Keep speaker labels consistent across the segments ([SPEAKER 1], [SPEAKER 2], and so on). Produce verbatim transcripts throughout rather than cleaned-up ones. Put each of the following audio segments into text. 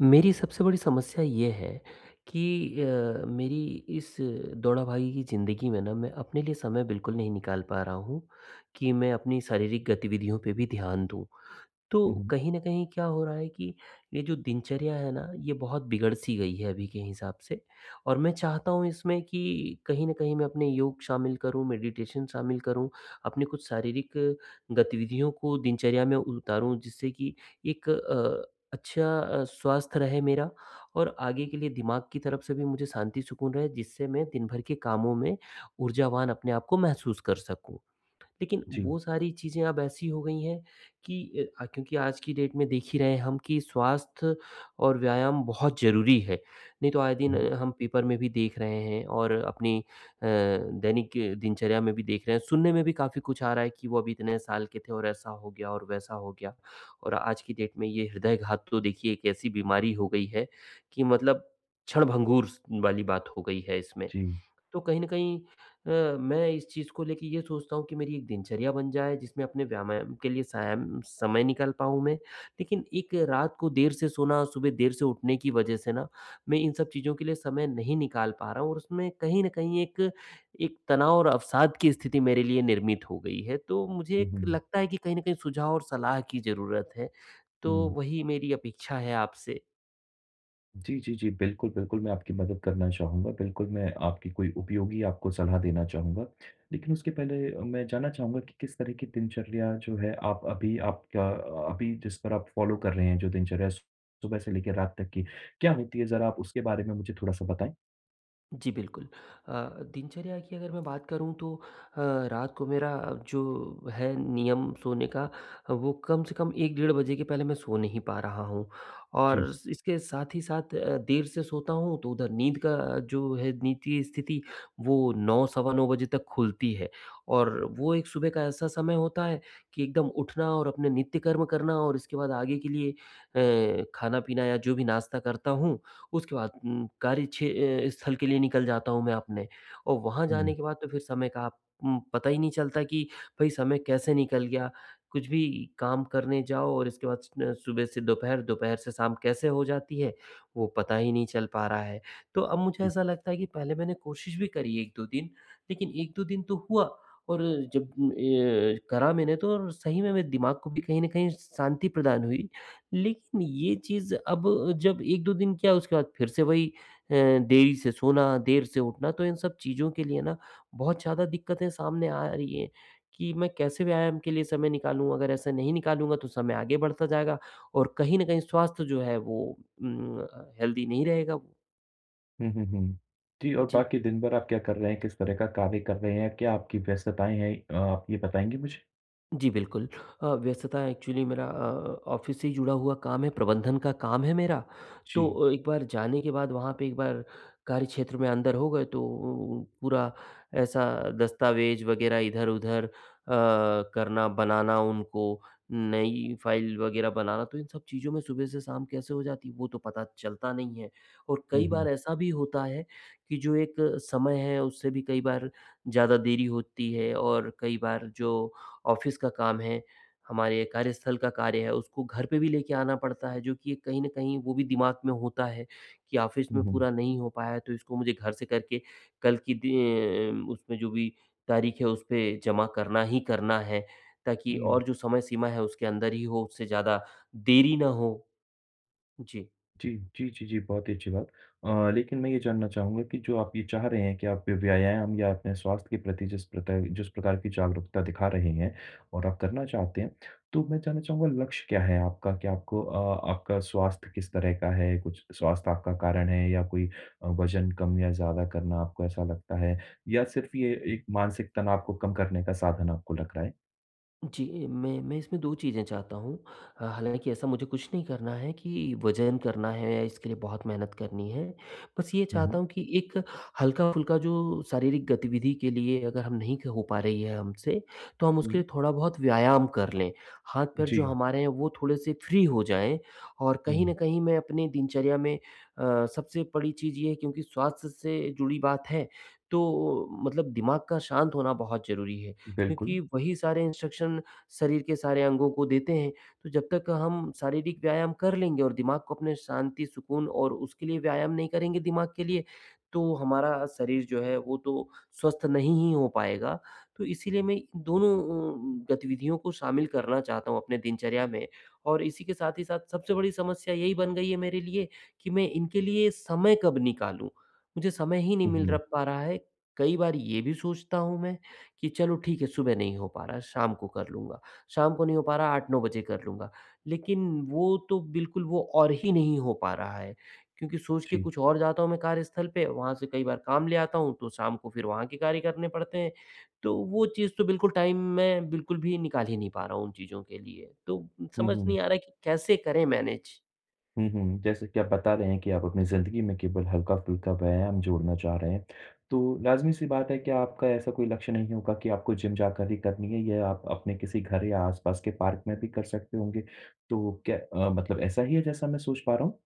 [SPEAKER 1] मेरी सबसे बड़ी समस्या ये है कि अ, मेरी इस दौड़ा-भागी की ज़िंदगी में ना मैं अपने लिए समय बिल्कुल नहीं निकाल पा रहा हूँ, कि मैं अपनी शारीरिक गतिविधियों पे भी ध्यान दूँ। तो
[SPEAKER 2] हुँ, हुँ।
[SPEAKER 1] कहीं न कहीं क्या हो रहा है कि ये जो दिनचर्या है ना, ये बहुत बिगड़ सी गई है अभी के हिसाब से, और मैं चाहता हूँ इसमें कि कहीं न कहीं मैं अपने योग शामिल करूँ, मेडिटेशन शामिल करूँ, अपने कुछ शारीरिक गतिविधियों को दिनचर्या में उतारूँ, जिससे कि एक अ, अच्छा अ, स्वास्थ्य रहे मेरा, और आगे के लिए दिमाग की तरफ से भी मुझे शांति सुकून रहे, जिससे मैं दिन भर के कामों में ऊर्जावान अपने आप को महसूस कर सकूँ। लेकिन
[SPEAKER 2] जी।
[SPEAKER 1] वो सारी चीज़ें अब ऐसी हो गई हैं कि अ, क्योंकि आज की डेट में देख ही रहे हैं हम कि स्वास्थ्य और व्यायाम बहुत ज़रूरी है। नहीं तो आए
[SPEAKER 2] हुँ,
[SPEAKER 1] दिन
[SPEAKER 2] हुँ।
[SPEAKER 1] अ, हम पेपर में भी देख रहे हैं, और अपनी अ, दैनिक अ, दिनचर्या में भी देख रहे हैं। सुनने में भी काफ़ी कुछ आ रहा है कि वो अभी इतने साल के थे और ऐसा हो गया और वैसा हो गया। और आज की डेट में ये हृदयघात तो देखिए एक ऐसी बीमारी हो गई है कि मतलब क्षणभंगुर स वाली बात हो गई है इसमें।
[SPEAKER 2] जी।
[SPEAKER 1] तो कहीं न कहीं अ, मैं इस चीज़ को लेके ये सोचता हूँ कि मेरी एक दिनचर्या बन जाए, जिसमें अपने व्यायाम के लिए सायम समय निकाल पाऊँ मैं। लेकिन एक रात को देर से सोना, और सुबह देर से उठने की वजह से ना मैं इन सब चीज़ों के लिए समय नहीं निकाल पा रहा हूँ, और उसमें कहीं न कहीं एक एक तनाव और अवसाद की स्थिति मेरे लिए निर्मित हो गई है। तो मुझे
[SPEAKER 2] हुँ,
[SPEAKER 1] एक
[SPEAKER 2] हुँ।
[SPEAKER 1] लगता है कि कहीं न कहीं सुझाव और सलाह की ज़रूरत है। तो
[SPEAKER 2] हुँ।
[SPEAKER 1] वही मेरी अपेक्षा है आपसे।
[SPEAKER 2] जी, जी, जी। बिल्कुल, बिल्कुल, मैं आपकी मदद करना चाहूँगा। बिल्कुल, मैं आपकी कोई उपयोगी आपको सलाह देना चाहूँगा। लेकिन उसके पहले अ, मैं जानना चाहूँगा कि किस तरह की दिनचर्या जो है आप अभी आपका अ, अभी जिस पर आप फ़ॉलो कर रहे हैं जो दिनचर्या सुबह से लेकर रात तक की, क्या होती है? ज़रा आप उसके बारे में मुझे थोड़ा-सा बताएँ?
[SPEAKER 1] जी, बिल्कुल। अ, दिनचर्या की अगर मैं बात करूँ तो अ, रात को मेरा जो है नियम सोने का, वो कम से कम एक डेढ़ बजे के पहले मैं सो नहीं पा रहा हूँ। और
[SPEAKER 2] जी।
[SPEAKER 1] इसके साथ ही साथ अ, देर से सोता हूँ, तो उधर नींद का जो है, नींद की स्थिति वो नौ सवा नौ बजे तक खुलती है। और वो एक सुबह का ऐसा समय होता है कि एकदम उठना और अपने नित्य कर्म करना, और इसके बाद आगे के लिए अ, खाना-पीना या जो भी नाश्ता करता हूँ, उसके बाद उम, कार्य क्षे अ, स्थल के लिए निकल जाता हूँ मैं अपने। और वहाँ
[SPEAKER 2] हुँ,
[SPEAKER 1] जाने के बाद तो फिर समय का आप उम, पता ही नहीं चलता कि भई समय कैसे निकल गया। कुछ भी काम करने जाओ और इसके बाद स सुबह से दोपहर, दोपहर से शाम कैसे हो जाती है, वो पता ही नहीं चल पा रहा है। तो अब मुझे
[SPEAKER 2] जी।
[SPEAKER 1] ऐसा लगता है कि पहले मैंने कोशिश भी करी एक दो दिन, लेकिन एक दो दिन तो हुआ, और जब उम, ए, करा मैंने तो और सही में मेरे दिमाग को भी कहीं न कहीं शांति प्रदान हुई, लेकिन ये चीज़ अब जब एक दो दिन, क्या उसके बाद फिर से वही अ, देरी से सोना, देर से उठना, तो इन सब चीज़ों के लिए ना बहुत ज़्यादा दिक्कतें सामने आ रही हैं कि मैं कैसे व्यायाम के लिए समय निकालूँ? अगर ऐसा नहीं निकालूँगा तो समय आगे बढ़ता जाएगा, और कहीं न कहीं स्वास्थ्य जो है वो उम, हेल्दी नहीं रहेगा। वो।
[SPEAKER 2] हुँ, हुँ, हुँ। जी और
[SPEAKER 1] जी।
[SPEAKER 2] बाकी दिन भर आप क्या कर रहे हैं? किस तरह का कार्य कर रहे हैं? क्या आपकी व्यस्तताएँ हैं? अ, आप ये बताएँगे मुझे?
[SPEAKER 1] जी, बिल्कुल। अ, व्यस्तता एक्चुअली मेरा अ, ऑफ़िस से ही जुड़ा हुआ काम है, प्रबंधन का काम है मेरा।
[SPEAKER 2] जी।
[SPEAKER 1] तो अ, एक बार जाने के बाद वहाँ पे, एक बार कार्यक्षेत्र में अंदर हो गए तो पूरा ऐसा दस्तावेज़ वग़ैरह इधर-उधर अ, करना, बनाना उनको, नई फ़ाइल वग़ैरह बनाना, तो इन सब चीज़ों में सुबह से शाम कैसे हो जाती है, वो तो पता चलता नहीं है। और
[SPEAKER 2] हुँ,
[SPEAKER 1] कई
[SPEAKER 2] हुँ।
[SPEAKER 1] बार ऐसा भी होता है कि जो एक समय है, उससे भी कई बार ज़्यादा देरी होती है, और कई बार जो ऑफ़िस का काम है, हमारे कार्यस्थल का कार्य है, उसको घर पे भी लेके आना पड़ता है, जो कि कहीं न कहीं वो भी दिमाग में होता है कि ऑफ़िस
[SPEAKER 2] हुँ,
[SPEAKER 1] में
[SPEAKER 2] हुँ।
[SPEAKER 1] पूरा नहीं हो पाया है, तो इसको मुझे घर से करके कल की दे उसमें जो भी तारीख है, उस पे जमा करना ही करना है, ताकि
[SPEAKER 2] हुँ,
[SPEAKER 1] और जो समय सीमा है, उसके अंदर ही हो, उससे ज़्यादा देरी ना हो। जी।
[SPEAKER 2] जी, जी, जी, जी, बहुत ही अच्छी बात। अ, लेकिन मैं ये जानना चाहूँगा कि जो आप ये चाह रहे हैं कि आप व्यायाम या अपने स्वास्थ्य के प्रति जिस प्रकार जिस प्रकार की जागरूकता दिखा रहे हैं और आप करना चाहते हैं, तो मैं जानना चाहूँगा लक्ष्य क्या है आपका? कि आपको अ, आपका स्वास्थ्य किस तरह का है? कुछ स्वास्थ्य आपका कारण है या कोई अ, वज़न कम या ज़्यादा करना आपको ऐसा लगता है? या सिर्फ़ ये एक मानसिक तनाव को कम करने का साधन आपको लग रहा है?
[SPEAKER 1] जी, मैं मैं इसमें दो चीज़ें चाहता हूँ। अ, हालाँकि ऐसा मुझे कुछ नहीं करना है कि वज़न करना है या इसके लिए बहुत मेहनत करनी है। बस ये
[SPEAKER 2] हुँ, हुँ,
[SPEAKER 1] चाहता हूँ कि एक हल्का-फुल्का जो शारीरिक गतिविधि के लिए, अगर हम नहीं क हो पा रही है हमसे, तो हम उसके
[SPEAKER 2] हुँ।
[SPEAKER 1] लिए थोड़ा-बहुत व्यायाम कर लें। हाथ-पैर जो
[SPEAKER 2] जी,
[SPEAKER 1] हमारे हैं वो थोड़े-से फ्री हो जाएँ, और कहीं
[SPEAKER 2] हुँ,
[SPEAKER 1] न कहीं मैं अपनी दिनचर्या में अ, सबसे बड़ी चीज़ ये है, क्योंकि स्वास्थ्य से जुड़ी बात है, तो मतलब दिमाग का शांत होना बहुत ज़रूरी है।
[SPEAKER 2] बिल्कुल।
[SPEAKER 1] क्योंकि वही सारे इंस्ट्रक्शन शरीर के सारे अंगों को देते हैं, तो जब तक हम शारीरिक व्यायाम कर लेंगे और दिमाग को अपने शांति, सुकून और उसके लिए व्यायाम नहीं करेंगे दिमाग के लिए, तो हमारा शरीर जो है वो तो स्वस्थ नहीं ही हो पाएगा। तो इसीलिए मैं इन दोनों अ, गतिविधियों को शामिल करना चाहता हूँ अपने दिनचर्या में, और इसी के साथ ही साथ सबसे बड़ी समस्या यही बन गई है मेरे लिए कि मैं इनके लिए समय कब निकालूँ? मुझे समय ही नहीं
[SPEAKER 2] हुँ,
[SPEAKER 1] मिल र
[SPEAKER 2] हुँ,
[SPEAKER 1] पा रहा है। कई बार ये भी सोचता हूँ मैं कि चलो ठीक है, सुबह नहीं हो पा रहा है, शाम को कर लूँगा। शाम को नहीं हो पा रहा, आठ नौ बजे कर लूँगा। लेकिन वो तो बिल्कुल, वो और ही नहीं हो पा रहा है, क्योंकि सोच के
[SPEAKER 2] जी।
[SPEAKER 1] कुछ और जाता हूँ मैं कार्यस्थल पे, वहाँ से कई बार काम ले आता हूँ, तो शाम को फिर वहाँ के कार्य करने पड़ते हैं। तो वो चीज़ तो बिल्कुल, टाइम मैं बिल्कुल भी निकाल ही नहीं पा रहा हूँ उन चीज़ों के लिए। तो
[SPEAKER 2] हुँ,
[SPEAKER 1] समझ
[SPEAKER 2] हुँ।
[SPEAKER 1] नहीं आ रहा है कि कैसे करें मैनेज?
[SPEAKER 2] हुँ, हुँ। जैसे कि आप बता रहे हैं कि आप अपनी ज़िंदगी में केवल हल्का-फुल्का व्यायाम जोड़ना चाह रहे हैं। तो लाज़मी-सी बात है कि आपका ऐसा कोई लक्ष्य नहीं होगा कि आपको जिम जाकर ही करनी है, ये आप अपने किसी घर या आस-पास के पार्क में भी कर सकते होंगे। तो क्या अ, मतलब ऐसा ही है जैसा मैं सोच पा रहा हूँ?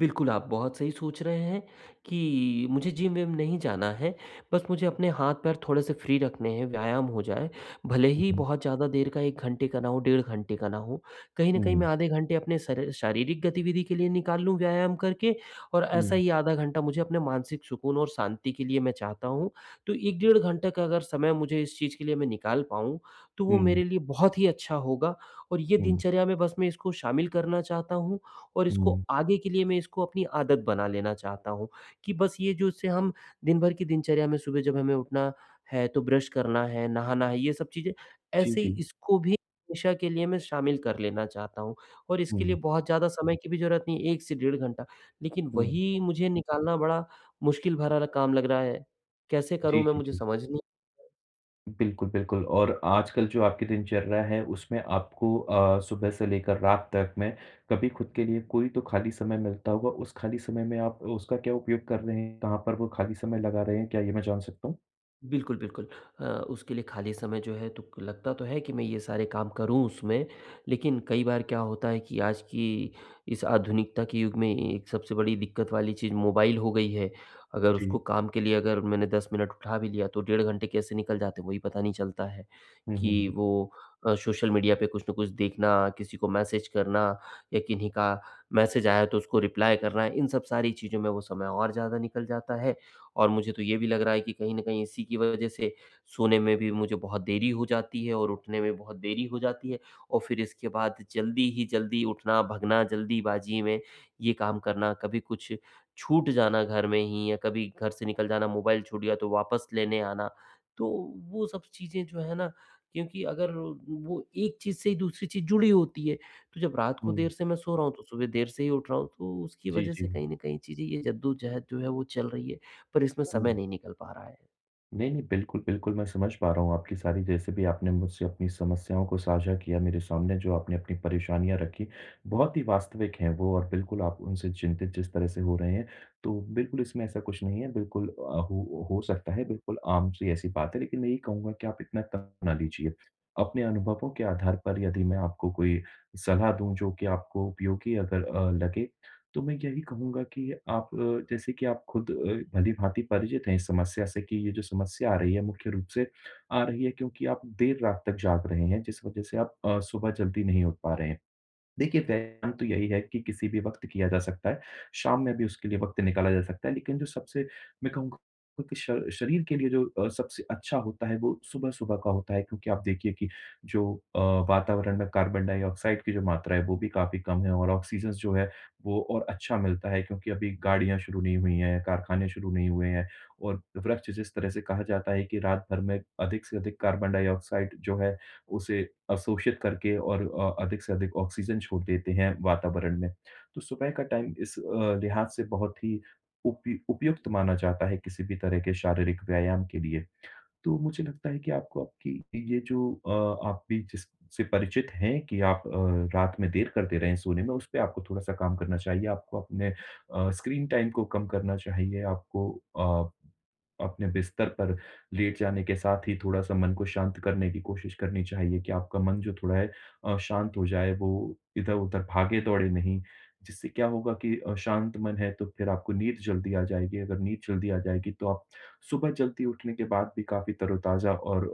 [SPEAKER 1] बिल्कुल, आप बहुत सही सोच रहे हैं कि मुझे जिम-विम नहीं जाना है, बस मुझे अपने हाथ-पैर थोड़े-से फ्री रखने हैं, व्यायाम हो जाए। भले ही
[SPEAKER 2] हुँ,
[SPEAKER 1] बहुत ज़्यादा देर का एक घंटे का ना हो, डेढ़ घंटे का ना हो, कहीं न कहीं मैं
[SPEAKER 2] हुँ,
[SPEAKER 1] आधे घंटे अपने शर शारीरिक गतिविधि के लिए निकाल लूँ व्यायाम करके, और ऐसा
[SPEAKER 2] हुँ,
[SPEAKER 1] ही आधा घंटा मुझे अपने मानसिक सुकून और शांति के लिए मैं चाहता हूँ। तो एक डेढ़ घंटे का अगर समय मुझे इस चीज़ के लिए मैं निकाल पाऊँ, तो वो
[SPEAKER 2] हुँ,
[SPEAKER 1] मेरे लिए बहुत ही अच्छा होगा, और ये
[SPEAKER 2] हुँ, हुँ,
[SPEAKER 1] दिनचर्या में बस मैं इसको शामिल करना चाहता हूँ, और इसको
[SPEAKER 2] हुँ।
[SPEAKER 1] आगे के लिए मैं इसको अपनी आदत बना लेना चाहता हूँ कि बस ये जो इससे हम दिन भर की दिनचर्या में सुबह जब हमें उठना है तो ब्रश करना है, नहाना है, ये सब चीज़ें,
[SPEAKER 2] जी,
[SPEAKER 1] ऐसे ही
[SPEAKER 2] जी।
[SPEAKER 1] इसको भी हमेशा के लिए मैं शामिल कर लेना चाहता हूँ, और इसके लिए
[SPEAKER 2] हुँ,
[SPEAKER 1] बहुत ज़्यादा समय की भी ज़रूरत नहीं है, एक से डेढ़ घंटा। लेकिन
[SPEAKER 2] हुँ।
[SPEAKER 1] वही मुझे निकालना बड़ा मुश्किल भरा ल काम लग रहा है। कैसे
[SPEAKER 2] जी,
[SPEAKER 1] करूँ मैं,
[SPEAKER 2] जी,
[SPEAKER 1] मुझे
[SPEAKER 2] जी।
[SPEAKER 1] समझ नहीं।
[SPEAKER 2] बिल्कुल, बिल्कुल और आजकल जो आपकी दिनचर्या है उसमें आपको अ, सुबह से लेकर रात तक में कभी खुद के लिए कोई तो खाली समय मिलता होगा, उस खाली समय में आप उसका क्या उपयोग कर रहे हैं? कहाँ पर वो खाली समय लगा रहे हैं? क्या ये मैं जान सकता हूँ?
[SPEAKER 1] बिल्कुल, बिल्कुल। अ, उसके लिए खाली समय जो है, तो लगता तो है कि मैं ये सारे काम करूँ उसमें, लेकिन कई बार क्या होता है कि आज की इस आधुनिकता के युग में एक सबसे बड़ी दिक्कत वाली चीज़ मोबाइल हो गई है। अगर
[SPEAKER 2] जी।
[SPEAKER 1] उसको काम के लिए अगर मैंने दस मिनट उठा भी लिया तो डेढ़ घंटे कैसे निकल जाते हैं, वही पता नहीं चलता है,
[SPEAKER 2] हुँ, हुँ,
[SPEAKER 1] कि
[SPEAKER 2] हुँ।
[SPEAKER 1] वो अ, सोशल मीडिया पे कुछ न कुछ देखना, किसी को मैसेज करना या किन्हीं का मैसेज आया तो उसको रिप्लाई करना, इन सब सारी चीज़ों में वो समय और ज़्यादा निकल जाता है, और मुझे तो ये भी लग रहा है कि कहीं न कहीं इसी की वजह से सोने में भी मुझे बहुत देरी हो जाती है और उठने में बहुत देरी हो जाती है, और फिर इसके बाद जल्दी ही जल्दी उठना, भगना, जल्दीबाज़ी में ये काम करना, कभी कुछ छूट जाना घर में ही, या कभी घर से निकल जाना, मोबाइल छूट गया तो वापस लेने आना। तो वो सब चीज़ें जो है ना, क्योंकि अगर वो एक चीज़ से ही दूसरी चीज़ जुड़ी होती है, तो जब रात को
[SPEAKER 2] हुँ।
[SPEAKER 1] देर से मैं सो रहा हूँ, तो सुबह देर से ही उठ रहा हूँ, तो उसकी
[SPEAKER 2] जी,
[SPEAKER 1] वजह
[SPEAKER 2] जी।
[SPEAKER 1] से कहीं न कहीं चीज़ें ये जद्दोजहद जो है वो चल रही है। पर इसमें
[SPEAKER 2] हुँ।
[SPEAKER 1] समय नहीं निकल पा रहा है।
[SPEAKER 2] नहीं, नहीं, बिल्कुल, बिल्कुल, मैं समझ पा रहा हूँ आपकी सारी जैसे भी आपने मुझसे अपनी समस्याओं को साझा किया मेरे सामने, जो आपने अपनी परेशानियाँ रखी, बहुत ही वास्तविक हैं वो और बिल्कुल आप उनसे चिंतित जिस तरह से हो रहे हैं, तो बिल्कुल इसमें ऐसा कुछ नहीं है, बिल्कुल अ, हो हो सकता है, बिल्कुल आम सी ऐसी बात है, लेकिन मैं यही कहूँगा कि आप इतना तनाव ना लीजिए। अपने अनुभवों के आधार पर यदि मैं आपको कोई सलाह दूँ जो कि आपको उपयोगी अगर अ, लगे, तो मैं यही कहूँगा कि आप अ, जैसे कि आप खुद अ, भली-भाँति परिचित हैं इस समस्या से कि ये जो समस्या आ रही है, मुख्य रूप से आ रही है क्योंकि आप देर रात तक जाग रहे हैं, जिस वजह से आप अ, सुबह जल्दी नहीं उठ पा रहे हैं। देखिए, व्यायाम तो यही है कि किसी भी वक़्त किया जा सकता है। शाम में भी उसके लिए वक़्त निकाला जा सकता है, लेकिन जो सबसे मैं कहूँगा कि श शरीर के लिए जो अ, सबसे अच्छा होता है, वो सुबह-सुबह का होता है क्योंकि आप देखिए कि जो अ, वातावरण में कार्बन डाइऑक्साइड की जो मात्रा है, वो भी काफ़ी कम है और ऑक्सीजन जो है, वो और अच्छा मिलता है क्योंकि अभी गाड़ियाँ शुरू नहीं हुई हैं, कारखाने शुरू नहीं हुए हैं और वृक्ष जिस तरह से कहा जाता है कि रात भर में अधिक से अधिक कार्बन डाइऑक्साइड जो है, उसे अवशोषित करके और अ, अधिक से अधिक ऑक्सीजन छोड़ देते हैं वातावरण में। तो सुबह का टाइम इस अ, लिहाज से बहुत ही उपयु उपयुक्त माना जाता है किसी भी तरह के शारीरिक व्यायाम के लिए। तो मुझे लगता है कि आपको आपकी ये जो अ, आप भी जिससे परिचित हैं कि आप अ, रात में देर करते रहे हैं सोने में, उस पे आपको थोड़ा-सा काम करना चाहिए। आपको अपने अ, स्क्रीन टाइम को कम करना चाहिए। आपको अ, अपने बिस्तर पर लेट जाने के साथ ही थोड़ा-सा मन को शांत करने की कोशिश करनी चाहिए कि आपका मन जो थोड़ा है अ, शांत हो जाए, वो इधर-उधर भागे-दौड़े नहीं। जिससे क्या होगा कि अ, शांत मन है तो फिर आपको नींद जल्दी आ जाएगी। अगर नींद जल्दी आ जाएगी तो आप सुबह जल्दी उठने के बाद भी काफ़ी तरोताज़ा और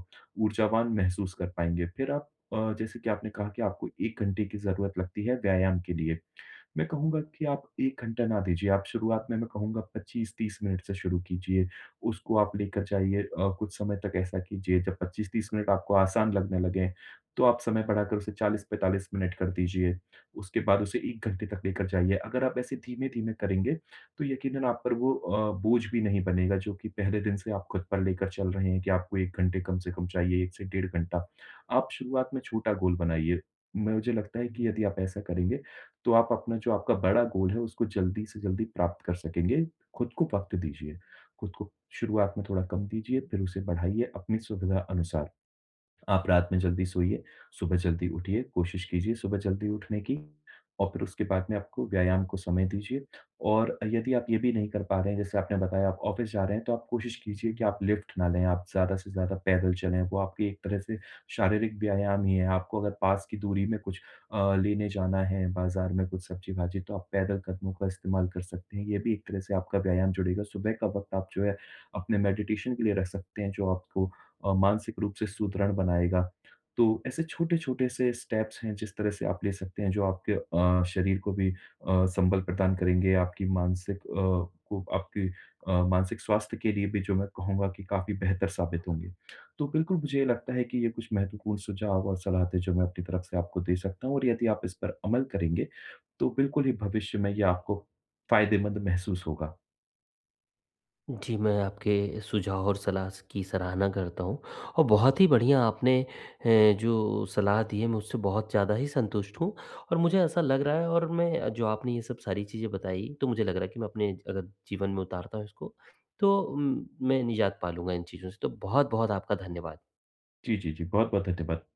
[SPEAKER 2] अ, ऊर्जावान महसूस कर पाएँगे। फिर आप अ, जैसे कि आपने कहा कि आपको एक घंटे की ज़रूरत लगती है व्यायाम के लिए। मैं कहूँगा कि आप एक घंटा ना दीजिए, आप शुरुआत में मैं कहूँगा पच्चीस तीस मिनट से शुरू कीजिए, उसको आप लेकर जाइए अ, कुछ समय तक ऐसा कीजिए, जब पच्चीस तीस मिनट आपको आसान लगने लगें, तो आप समय बढ़ाकर उसे चालीस पैंतालीस मिनट कर दीजिए। उसके बाद उसे एक घंटे तक लेकर जाइए, अगर आप ऐसे धीमे-धीमे करेंगे, तो यकीनन आप पर वो अ, बोझ भी नहीं बनेगा, जो कि पहले दिन से आप खुद पर लेकर चल रहे हैं कि आपको एक घंटे कम से कम चाहिए, एक से डेढ़ घंटा। आप शुरुआत में छोटा गोल बनाइए, मुझे लगता है कि यदि आप ऐसा करेंगे तो आप अपना जो आपका बड़ा गोल है, उसको जल्दी से जल्दी प्राप्त कर सकेंगे। खुद को वक़्त दीजिए, खुद को शुरुआत में थोड़ा कम दीजिए, फिर उसे बढ़ाइए अपनी सुविधा अनुसार। आप रात में जल्दी सोइए, सुबह जल्दी उठिए, कोशिश कीजिए सुबह जल्दी उठने की और फिर उसके बाद में आपको व्यायाम को समय दीजिए और यदि आप ये भी नहीं कर पा रहे हैं, जैसे आपने बताया आप ऑफ़िस जा रहे हैं, तो आप कोशिश कीजिए कि आप लिफ्ट ना लें, आप ज़्यादा से ज़्यादा पैदल चलें, वो आपकी एक तरह से शारीरिक व्यायाम ही है। आपको अगर पास की दूरी में कुछ अ, लेने जाना है, बाज़ार में कुछ सब्ज़ी-भाजी, तो आप पैदल कदमों का इस्तेमाल कर सकते हैं। ये भी एक तरह से आपका व्यायाम जुड़ेगा। सुबह का वक़्त आप जो है, अपने मेडिटेशन के लिए रख सकते हैं, जो आपको अ, मानसिक रूप से सुदृढ़ बनाएगा। तो ऐसे छोटे-छोटे से स्टेप्स हैं जिस तरह से आप ले सकते हैं जो आपके अ, शरीर को भी अ, संबल प्रदान करेंगे, आपकी मानसिक अ, को आपकी अ, मानसिक स्वास्थ्य के लिए भी जो मैं कहूँगा कि काफ़ी बेहतर साबित होंगे। तो बिल्कुल मुझे लगता है कि ये कुछ महत्वपूर्ण सुझाव और सलाह थे जो मैं अपनी तरफ से आपको दे सकता हूँ और यदि आप इस पर अमल करेंगे, तो बिल्कुल ही भविष्य में ये आपको फ़ायदेमंद महसूस होगा।
[SPEAKER 1] जी, मैं आपके सुझाव और सलाह स की सराहना करता हूँ, और बहुत ही बढ़िया आपने अ, जो सलाह दी है, मैं उससे बहुत ज़्यादा ही संतुष्ट हूँ, और मुझे ऐसा लग रहा है, और मैं जो आपने ये सब सारी चीज़ें बताई, तो मुझे लग रहा है कि मैं अपने अगर जीवन में उतारता हूँ इसको, तो उम, मैं निजात पा लूँगा इन चीज़ों से। तो बहुत-बहुत आपका धन्यवाद।
[SPEAKER 2] जी, जी, जी। बहुत-बहुत धन्यवाद।